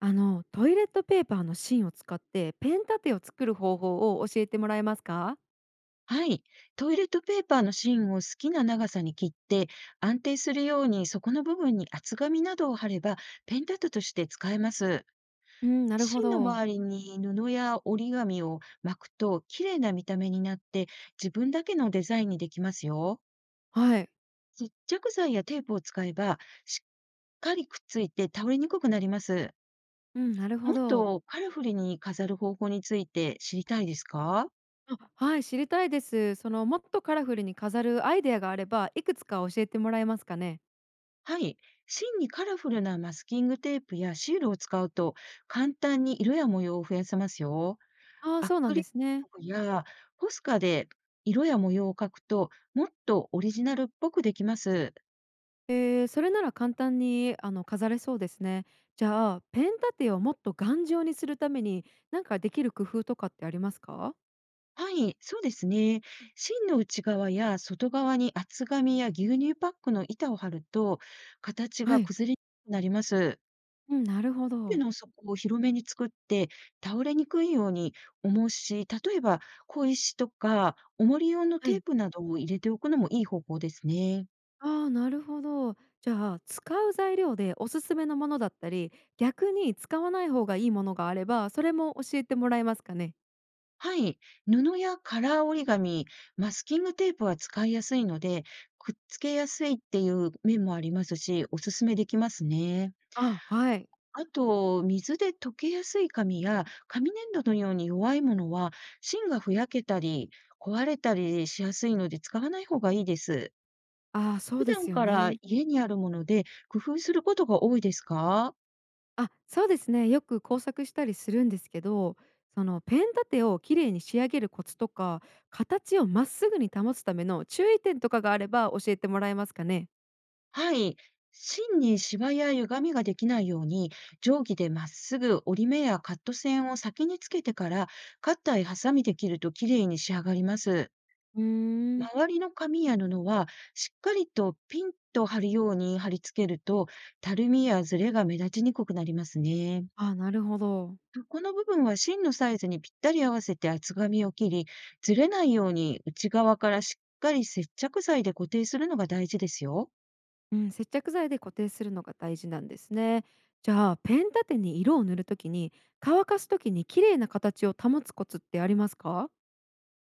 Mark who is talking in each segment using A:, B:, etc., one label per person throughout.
A: トイレットペーパーの芯を使ってペン立てを作る方法を教えてもらえますか？
B: はい。トイレットペーパーの芯を好きな長さに切って、安定するように底の部分に厚紙などを貼れば、ペン立てとして使えます。
A: うん、なるほ
B: 芯の
A: ど。
B: 周りに布や折り紙を巻くと、綺麗な見た目になって、自分だけのデザインにできますよ。
A: はい。
B: 接着剤やテープを使えば、しっかりくっついて倒れにくくなります。
A: うん、なるほ
B: もっ
A: ど。
B: とカラフルに飾る方法について知りたいですか？
A: あ、はい、知りたいです。もっとカラフルに飾るアイデアがあれば、いくつか教えてもらえますかね。
B: はい。芯にカラフルなマスキングテープやシールを使うと、簡単に色や模様を増やせますよ。
A: ああー、
B: ア
A: そうな
B: ク
A: ん
B: リ
A: で
B: ル
A: す
B: 絵
A: ね。
B: の具やポスカで色や模様を描くと、もっとオリジナルっぽくできます。
A: それなら簡単に飾れそうですね。じゃあ、ペン立てをもっと頑丈にするために、なんかできる工夫とかってありますか？
B: はい、そうですね。芯の内側や外側に厚紙や牛乳パックの板を貼ると、形
A: は
B: が
A: い、
B: 崩れにくくなります。
A: うん、なるほ
B: 手
A: ど。
B: の底を広めに作って、倒れにくいように思うし、例えば小石とか重り用の
A: は
B: テー
A: い。
B: プなどを入れておくのもいい方法ですね。
A: ああ、なるほど。じゃあ、使う材料でおすすめのものだったり、逆に使わない方がいいものがあれば、それも教えてもらえますかね？
B: はい。布やカラー折り紙、マスキングテープは使いやすいので、くっつけやすいっていう面もありますし、おすすめできますね。
A: あ、はい。
B: あと、水で溶けやすい紙や紙粘土のように弱いものは、芯がふやけたり、壊れたりしやすいので使わない方がいいです。
A: ああ、そう
B: 普
A: で
B: 段
A: すよ
B: から
A: ね。
B: 家にあるもので工夫することが多いですか？
A: あ、そうですね。よく工作したりするんですけど、そのペン立てを綺麗に仕上げるコツとか、形をまっすぐに保つための注意点とかがあれば教えてもらえますかね？
B: はい。芯にシワや歪みができないように、定規でまっすぐ折り目やカット線を先につけてから、カッターやハサミで切ると綺麗に仕上がります。
A: うーん。
B: 周りの紙や布はしっかりとピンと貼るように貼り付けると、たるみやずれが目立ちにくくなりますね。
A: あ、なるほど。
B: この部分は芯のサイズにぴったり合わせて厚紙を切り、ずれないように内側からしっかり接着剤で固定するのが大事ですよ。
A: うん、接着剤で固定するのが大事なんですね。じゃあ、ペン立てに色を塗るときに乾かすときに綺麗な形を保つコツってありますか？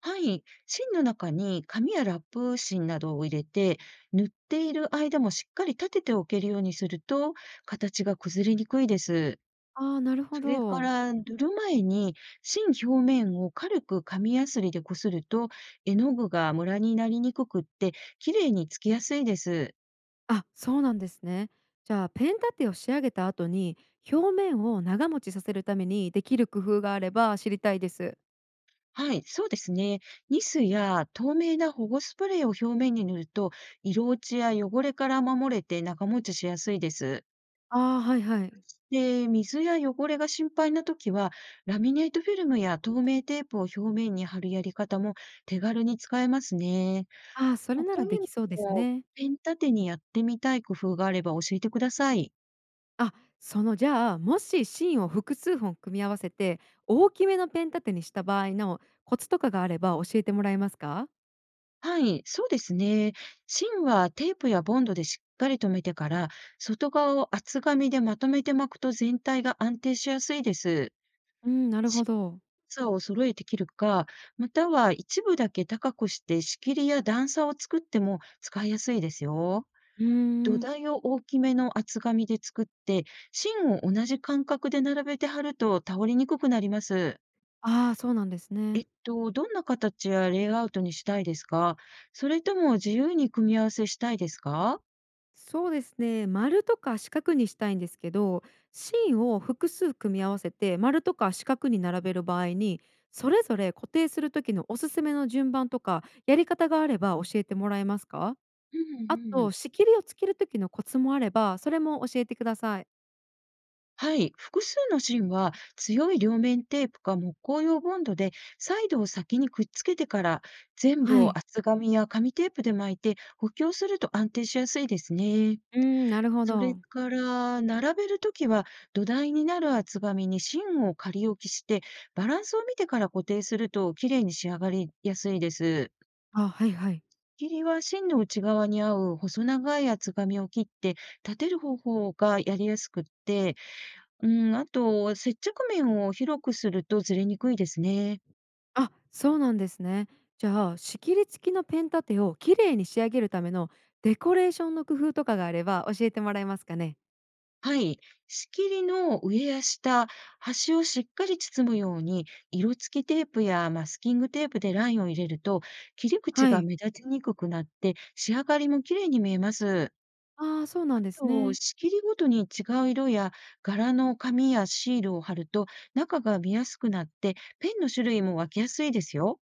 B: はい。芯の中に紙やラップ芯などを入れて、塗っている間もしっかり立てておけるようにすると、形が崩れにくいです。
A: ああー、なるほ
B: それか
A: ど。
B: ら、塗る前に芯表面を軽く紙やすりでこすると、絵の具がムラになりにくくって、綺麗につきやすいです。
A: あ、そうなんですね。じゃあ、ペン立てを仕上げた後に表面を長持ちさせるためにできる工夫があれば知りたいです。
B: はい、そうですね。ニスや透明な保護スプレーを表面に塗ると、色落ちや汚れから守れて長持ちしやすいです。
A: ああー、はいはい。
B: で、水や汚れが心配なときは、ラミネートフィルムや透明テープを表面に貼るやり方も手軽に使えますね。
A: ああ、それな
B: 他
A: ら
B: に
A: できそうです
B: も
A: ね。
B: ペン立てにやってみたい工夫があれば教えてください。
A: あ、じゃあ、もし芯を複数本組み合わせて大きめのペン立てにした場合のコツとかがあれば教えてもらえますか？
B: はい、そうですね。芯はテープやボンドでしっかり留めてから、外側を厚紙でまとめて巻くと全体が安定しやすいです。
A: うん、なるほ
B: 芯の
A: ど。
B: 厚さを揃えて切るか、または一部だけ高くして仕切りや段差を作っても使いやすいですよ。
A: うー
B: 土
A: ん。
B: 台を大きめの厚紙で作って、芯を同じ間隔で並べて貼ると倒れにくくなります。
A: ああ、そうなんですね。
B: どんな形やレイアウトにしたいですか？それとも自由に組み合わせしたいですか？
A: そうですね。丸とか四角にしたいんですけど、芯を複数組み合わせて丸とか四角に並べる場合に、それぞれ固定する時のおすすめの順番とかやり方があれば教えてもらえますか？
B: う
A: あ
B: んう
A: と
B: ん。
A: 仕切りをつける時のコツもあれば、それも教えてください。
B: はい、複数の芯は強い両面テープか木工用ボンドでサイドを先にくっつけてから、全部
A: は
B: を
A: い。
B: 厚紙や紙テープで巻いて補強すると安定しやすいですね。
A: うーん、なるほ
B: それ
A: ど。
B: から、並べるときは土台になる厚紙に芯を仮置きして、バランスを見てから固定すると綺麗に仕上がりやすいです。
A: あ、はいはい。
B: 切りは芯の内側に合う細長い厚紙を切って立てる方法がやりやすくって、うん、あと接着面を広くするとずれにくいですね。
A: あ、そうなんですね。じゃあ、仕切り付きのペン立てを綺麗に仕上げるためのデコレーションの工夫とかがあれば教えてもらえますかね？
B: はい。仕切りの上や下、端をしっかり包むように、色付きテープやマスキングテープでラインを入れると、切り口
A: は
B: が
A: い。
B: 目立ちにくくなって、仕上がりも綺麗に見えます。
A: ああ、そうな
B: あ
A: んです
B: と、
A: ね。
B: 仕切りごとに違う色や柄の紙やシールを貼ると、中が見やすくなって、ペンの種類も分けやすいですよ。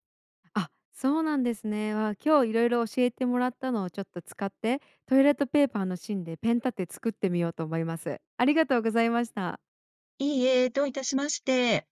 A: あ、そうなんですね。わ、今日いろいろ教えてもらったのをちょっと使って、トイレットペーパーの芯でペン立て作ってみようと思います。ありがとうございました。
B: いいえ、どういたしまして。